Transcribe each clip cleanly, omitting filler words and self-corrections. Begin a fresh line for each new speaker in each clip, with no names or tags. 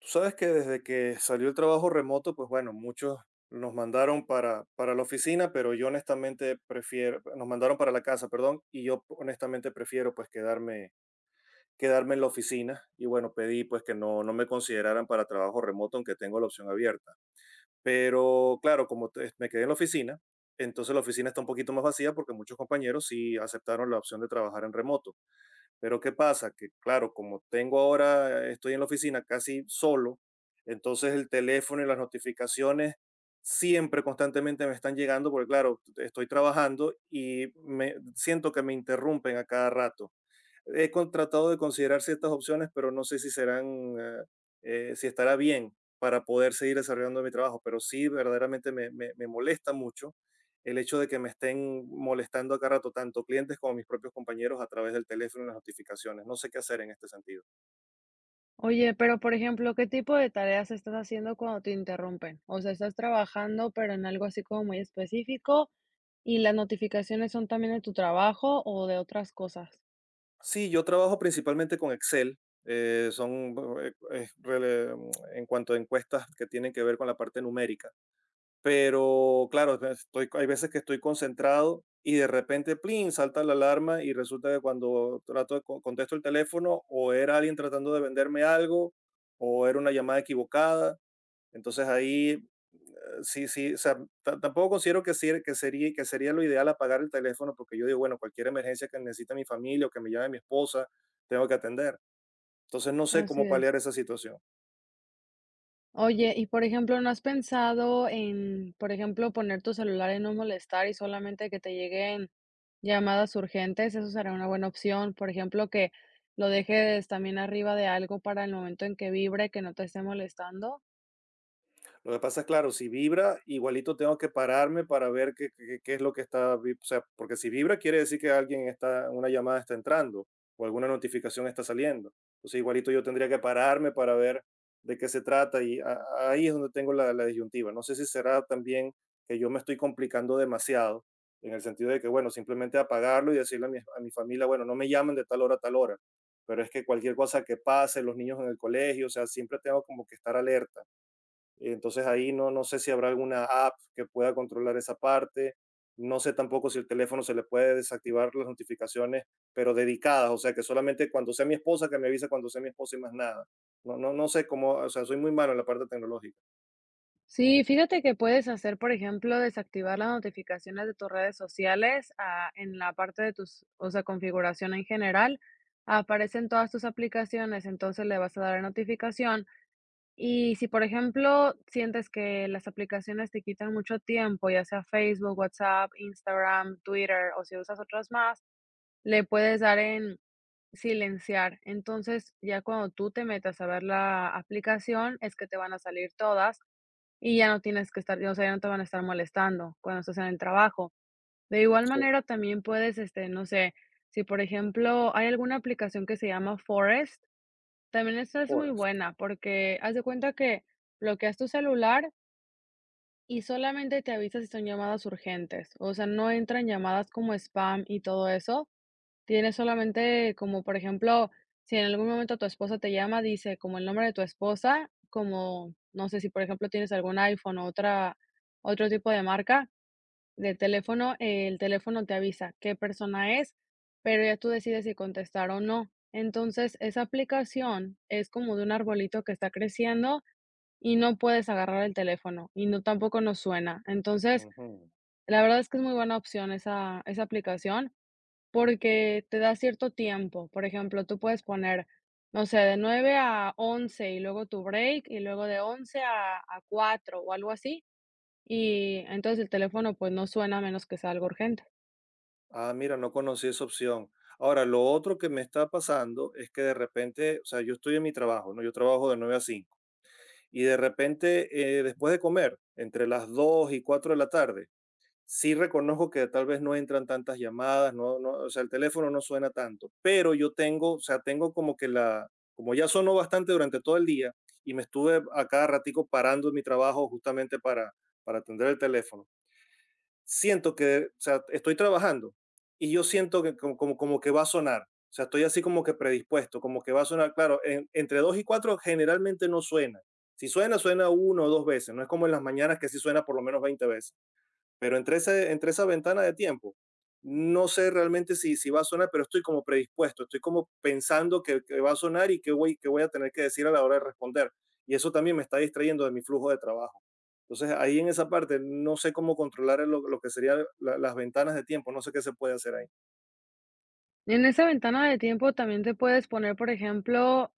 Tú sabes que desde que salió el trabajo remoto, pues bueno, muchos nos mandaron para la oficina, pero yo honestamente prefiero, nos mandaron para la casa, perdón, y yo honestamente prefiero pues quedarme en la oficina. Y bueno, pedí pues que no me consideraran para trabajo remoto, aunque tengo la opción abierta. Pero claro, como me quedé en la oficina, entonces la oficina está un poquito más vacía porque muchos compañeros sí aceptaron la opción de trabajar en remoto. Pero ¿qué pasa? Que claro, como tengo ahora, estoy en la oficina casi solo, entonces el teléfono y las notificaciones siempre constantemente me están llegando porque claro, estoy trabajando y me siento que me interrumpen a cada rato. He tratado de considerar ciertas opciones, pero no sé si serán, si estará bien para poder seguir desarrollando mi trabajo, pero sí verdaderamente me molesta mucho el hecho de que me estén molestando a cada rato tanto clientes como mis propios compañeros a través del teléfono y las notificaciones. No sé qué hacer en este sentido.
Oye, pero por ejemplo, ¿qué tipo de tareas estás haciendo cuando te interrumpen? O sea, ¿estás trabajando, pero en algo así como muy específico? ¿Y las notificaciones son también de tu trabajo o de otras cosas?
Sí, yo trabajo principalmente con Excel. Son en cuanto a encuestas que tienen que ver con la parte numérica. Pero claro, estoy, hay veces que estoy concentrado y de repente, plin, salta la alarma y resulta que cuando trato de contesto el teléfono o era alguien tratando de venderme algo o era una llamada equivocada. Entonces ahí, sí, sí, o sea, tampoco considero que, ser que sería lo ideal apagar el teléfono porque yo digo, bueno, cualquier emergencia que necesite mi familia o que me llame mi esposa, tengo que atender. Entonces no sé
Así
cómo
es.
paliar esa situación.
Oye, y por ejemplo, ¿no has pensado en, por ejemplo, poner tu celular en no molestar y solamente que te lleguen llamadas urgentes? Eso será una buena opción. Por ejemplo, que lo dejes también arriba de algo para el momento en que vibre, que no te esté molestando.
Lo que pasa es, claro, si vibra, igualito tengo que pararme para ver qué, qué es lo que está, o sea, porque si vibra quiere decir que alguien está, una llamada está entrando o alguna notificación está saliendo. Entonces, igualito yo tendría que pararme para ver de qué se trata y ahí es donde tengo la disyuntiva. No sé si será también que yo me estoy complicando demasiado en el sentido de que, bueno, simplemente apagarlo y decirle a mi familia, bueno, no me llamen de tal hora a tal hora, pero es que cualquier cosa que pase, los niños en el colegio, o sea, siempre tengo como que estar alerta entonces ahí no, no sé si habrá alguna app que pueda controlar esa parte. No sé tampoco si el teléfono se le puede desactivar las notificaciones, pero dedicadas, o sea, que solamente cuando sea mi esposa que me avisa cuando sea mi esposa y más nada. No, no, no sé cómo, o sea, soy muy malo en la parte tecnológica.
Sí, fíjate que puedes hacer, por ejemplo, desactivar las notificaciones de tus redes sociales, ah, en la parte de tus, o sea, configuración en general, aparecen todas tus aplicaciones, entonces le vas a dar a notificación. Y si, por ejemplo, sientes que las aplicaciones te quitan mucho tiempo, ya sea Facebook, WhatsApp, Instagram, Twitter o si usas otras más, le puedes dar en silenciar. Entonces, ya cuando tú te metas a ver la aplicación, es que te van a salir todas y ya no tienes que estar, o sea, ya no te van a estar molestando cuando estás en el trabajo. De igual
Fo-
manera, también puedes, este, no sé, si por ejemplo hay alguna aplicación que se llama Forest, también esta es muy
Forest.
buena porque haz de cuenta que bloqueas tu celular y solamente te avisa si son llamadas urgentes, o sea, no entran llamadas como spam y todo eso. Tienes solamente como, por ejemplo, si en algún momento tu esposa te llama, dice como el nombre de tu esposa, como, no sé si, por ejemplo, tienes algún iPhone o otra otro tipo de marca de teléfono, el teléfono te avisa qué persona es, pero ya tú decides si contestar o no. Entonces, esa aplicación es como de un arbolito que está creciendo y no puedes agarrar el teléfono y no tampoco nos suena. Entonces,
Ujú.
la verdad es que es muy buena opción esa aplicación. Porque te da cierto tiempo. Por ejemplo, tú puedes poner, no sé, de 9 a 11 y luego tu break, y luego de 11 a 4 o algo así, y entonces el teléfono, pues, no suena a menos que sea algo urgente.
Ah, mira, no conocí esa opción. Ahora, lo otro que me está pasando es que de repente, o sea, yo estoy en mi trabajo, ¿no? Yo trabajo de 9 a 5 y de repente, después de comer, entre las 2 y 4 de la tarde, sí reconozco que tal vez no entran tantas llamadas, no no, o sea, el teléfono no suena tanto, pero yo tengo, o sea, tengo como que la, como ya sonó bastante durante todo el día y me estuve a cada ratico parando en mi trabajo justamente para atender el teléfono. Siento que, o sea, estoy trabajando y yo siento que como que va a sonar. O sea, estoy así como que predispuesto, como que va a sonar, claro, entre 2 y 4 generalmente no suena. Si suena, suena uno o 2 veces, no es como en las mañanas que sí suena por lo menos 20 veces. Pero entre, ese, entre esa ventana de tiempo, no sé realmente si va a sonar, pero estoy como predispuesto, estoy como pensando que va a sonar y que voy a tener que decir a la hora de responder. Y eso también me está distrayendo de mi flujo de trabajo. Entonces, ahí en esa parte, no sé cómo controlar lo que serían las ventanas de tiempo, no sé qué se puede hacer ahí.
En esa ventana de tiempo también te puedes poner, por ejemplo,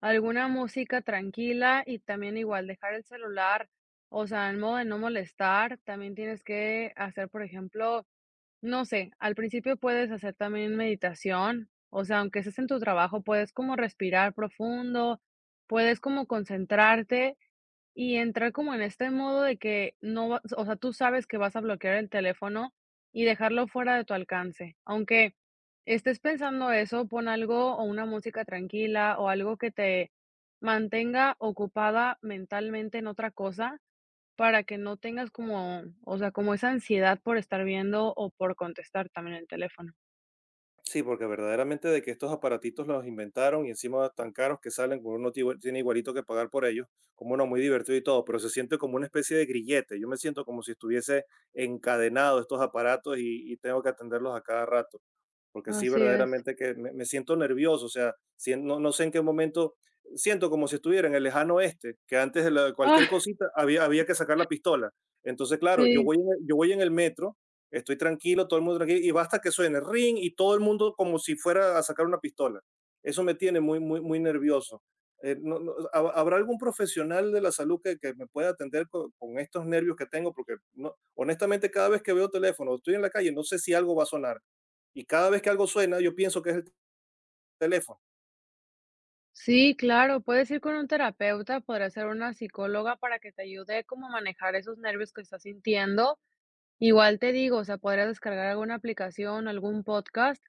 alguna música tranquila y también igual dejar el celular, o sea, en modo de no molestar. También tienes que hacer, por ejemplo. No sé, al principio puedes hacer también meditación, o sea, aunque estés en tu trabajo, puedes como respirar profundo, puedes como concentrarte y entrar como en este modo de que no vas, o sea, tú sabes que vas a bloquear el teléfono y dejarlo fuera de tu alcance. Aunque estés pensando eso, pon algo o una música tranquila o algo que te mantenga ocupada mentalmente en otra cosa para que no tengas como, o sea, como esa ansiedad por estar viendo o por contestar también el teléfono.
Sí, porque verdaderamente de que estos aparatitos los inventaron y encima tan caros que salen, que uno tiene igualito que pagar por ellos, como uno muy divertido y todo, pero se siente como una especie de grillete. Yo me siento como si estuviese encadenado a estos aparatos y tengo que atenderlos a cada rato, porque sí,
Así es.
verdaderamente que me siento nervioso, o sea, no, no sé en qué momento, siento como si estuviera en el lejano oeste, que antes de cualquier
Ah,
cosita había, había que sacar la pistola. Entonces, claro, yo
sí.
voy, yo voy en el metro, estoy tranquilo, todo el mundo tranquilo, y basta que suene ring y todo el mundo como si fuera a sacar una pistola. Eso me tiene muy, muy, muy nervioso. No, ¿Habrá algún profesional de la salud que me pueda atender con estos nervios que tengo? Porque no, honestamente cada vez que veo teléfono, estoy en la calle, no sé si algo va a sonar. Y cada vez que algo suena, yo pienso que es el teléfono.
Sí, claro, puedes ir con un terapeuta, podría ser una psicóloga para que te ayude como a manejar esos nervios que estás sintiendo. Igual te digo, o sea, podrías descargar alguna aplicación, algún podcast.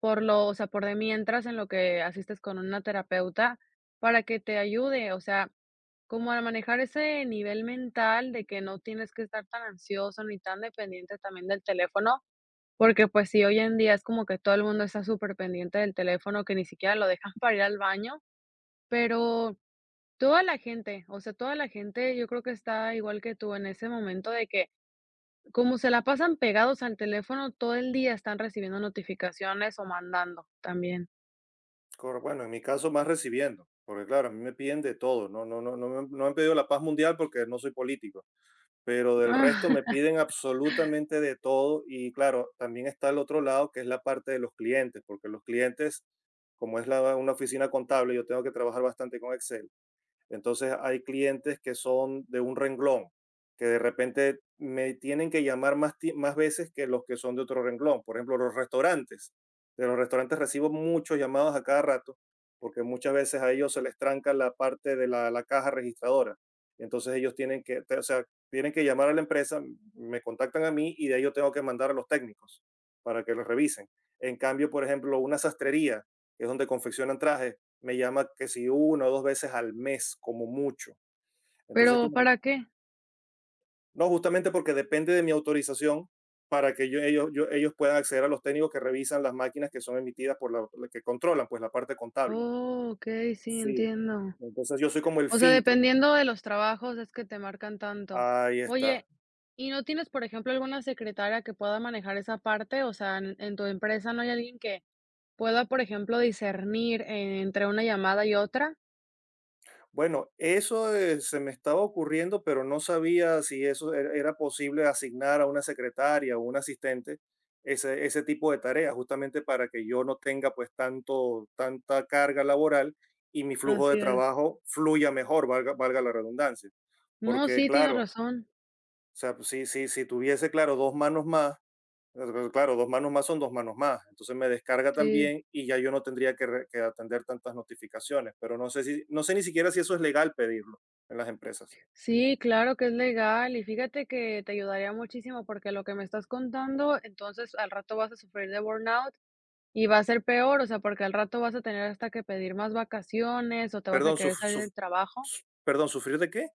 Por lo, o sea, por de mientras en lo que asistes con una terapeuta para que te ayude, o sea, como a manejar ese nivel mental de que no tienes que estar tan ansioso ni tan dependiente también del teléfono, porque, pues, sí, hoy en día es como que todo el mundo está súper pendiente del teléfono, que ni siquiera lo dejan para ir al baño, pero toda la gente, o sea, toda la gente yo creo que está igual que tú en ese momento de que, como se la pasan pegados al teléfono todo el día, están recibiendo notificaciones o mandando también.
Bueno, en mi caso más recibiendo, porque claro, a mí me piden de todo, no, no, no, no, me, no me han pedido la paz mundial porque no soy político, pero del
Ah,
resto me piden absolutamente de todo y claro, también está el otro lado que es la parte de los clientes, porque los clientes, como es una oficina contable, yo tengo que trabajar bastante con Excel, entonces hay clientes que son de un renglón, que de repente me tienen que llamar más, más veces que los que son de otro renglón. Por ejemplo, los restaurantes. De los restaurantes recibo muchos llamados a cada rato porque muchas veces a ellos se les tranca la parte de la caja registradora. Entonces ellos tienen que, o sea, tienen que llamar a la empresa, me contactan a mí y de ahí yo tengo que mandar a los técnicos para que los revisen. En cambio, por ejemplo, una sastrería, que es donde confeccionan trajes, me llama que si una o dos veces al mes, como mucho. Entonces,
¿pero
claro,
para qué?
no, justamente porque depende de mi autorización para que yo- ellos puedan acceder a los técnicos que revisan las máquinas que son emitidas por la que controlan, pues la parte contable.
Oh, okey, sí,
Sí.
entiendo.
Entonces yo soy como el
O sea,
filtro.
dependiendo de los trabajos es que te marcan tanto.
Ahí está.
Oye, ¿y no tienes, por ejemplo, alguna secretaria que pueda manejar esa parte? O sea, en tu empresa, ¿no hay alguien que pueda, por ejemplo, discernir, entre una llamada y otra?
Bueno, eso se me estaba ocurriendo, pero no sabía si eso era posible asignar a una secretaria o un asistente ese tipo de tareas, justamente para que yo no tenga pues tanto, tanta carga laboral y mi flujo de
Así es.
trabajo fluya mejor, valga la redundancia.
No,
Porque
sí, tienes
claro,
razón.
o sea, pues, si tuviese, claro, dos manos más, entonces, pues, claro, dos manos más son dos manos más. Entonces me descarga
Sí.
también y ya yo no tendría que, que atender tantas notificaciones. Pero no sé si, no sé ni siquiera si eso es legal pedirlo en las empresas.
Sí, claro que es legal. Y fíjate que te ayudaría muchísimo, porque lo que me estás contando, entonces al rato vas a sufrir de burnout. Y va a ser peor, o sea, porque al rato vas a tener hasta que pedir más vacaciones o te vas a
Perdón,
querer salir del trabajo
perdón, ¿sufrir de qué?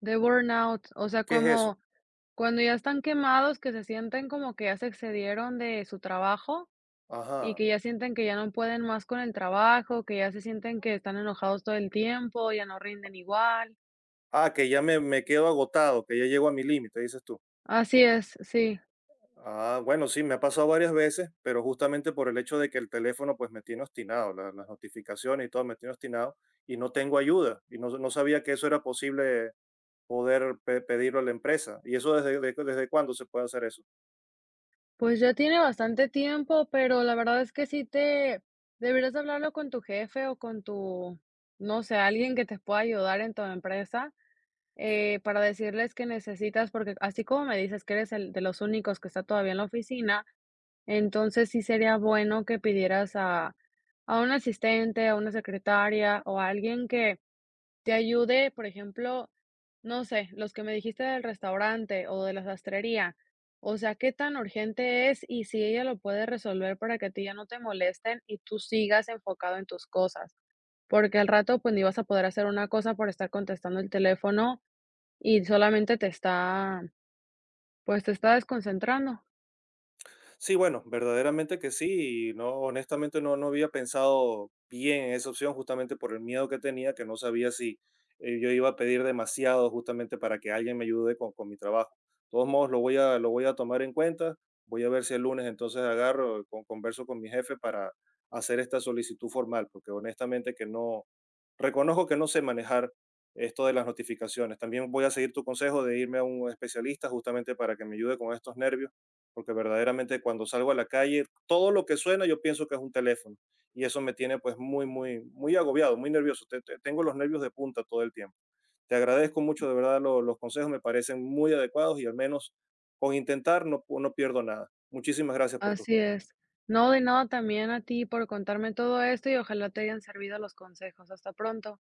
de burnout. O sea,
¿Qué es
como
eso?
cuando ya están quemados, que se sienten como que ya se excedieron de su trabajo y
Ajá.
que ya sienten que ya no pueden más con el trabajo, que ya se sienten que están enojados todo el tiempo, ya no rinden igual.
Ah, que ya me quedo agotado, que ya llego a mi límite, dices tú.
Así es, sí.
Ah, bueno, sí, me ha pasado varias veces, pero justamente por el hecho de que el teléfono pues me tiene obstinado, las notificaciones y todo me tiene obstinado y no tengo ayuda y no, no sabía que eso era posible poder pedirlo a la empresa. ¿Y eso desde, desde cuándo se puede hacer eso?
Pues ya tiene bastante tiempo, pero la verdad es que sí te deberías hablarlo con tu jefe o con tu, no sé, alguien que te pueda ayudar en tu empresa. Para decirles que necesitas, porque así como me dices que eres el de los únicos que está todavía en la oficina, entonces sí sería bueno que pidieras a, un asistente, a una secretaria o a alguien que te ayude, por ejemplo, no sé, los que me dijiste del restaurante o de la sastrería. O sea, qué tan urgente es y si ella lo puede resolver para que a ti ya no te molesten y tú sigas enfocado en tus cosas. Porque al rato, pues ni vas a poder hacer una cosa por estar contestando el teléfono y solamente te está, pues, te está desconcentrando.
Sí, bueno, verdaderamente que sí. Y no, honestamente no, no había pensado bien en esa opción justamente por el miedo que tenía, que no sabía si yo iba a pedir demasiado justamente para que alguien me ayude con mi trabajo. De todos modos, lo voy a tomar en cuenta. Voy a ver si el lunes entonces converso con mi jefe para hacer esta solicitud formal, porque honestamente que no, reconozco que no sé manejar esto de las notificaciones. También voy a seguir tu consejo de irme a un especialista justamente para que me ayude con estos nervios, porque verdaderamente cuando salgo a la calle, todo lo que suena yo pienso que es un teléfono y eso me tiene pues muy, muy, muy agobiado, muy nervioso. Tengo los nervios de punta todo el tiempo. Te agradezco mucho, de verdad, los consejos me parecen muy adecuados y al menos con intentar no, no pierdo nada. Muchísimas gracias por tus
Así es.
consejos.
No, de nada también a ti por contarme todo esto y ojalá te hayan servido los consejos. Hasta pronto.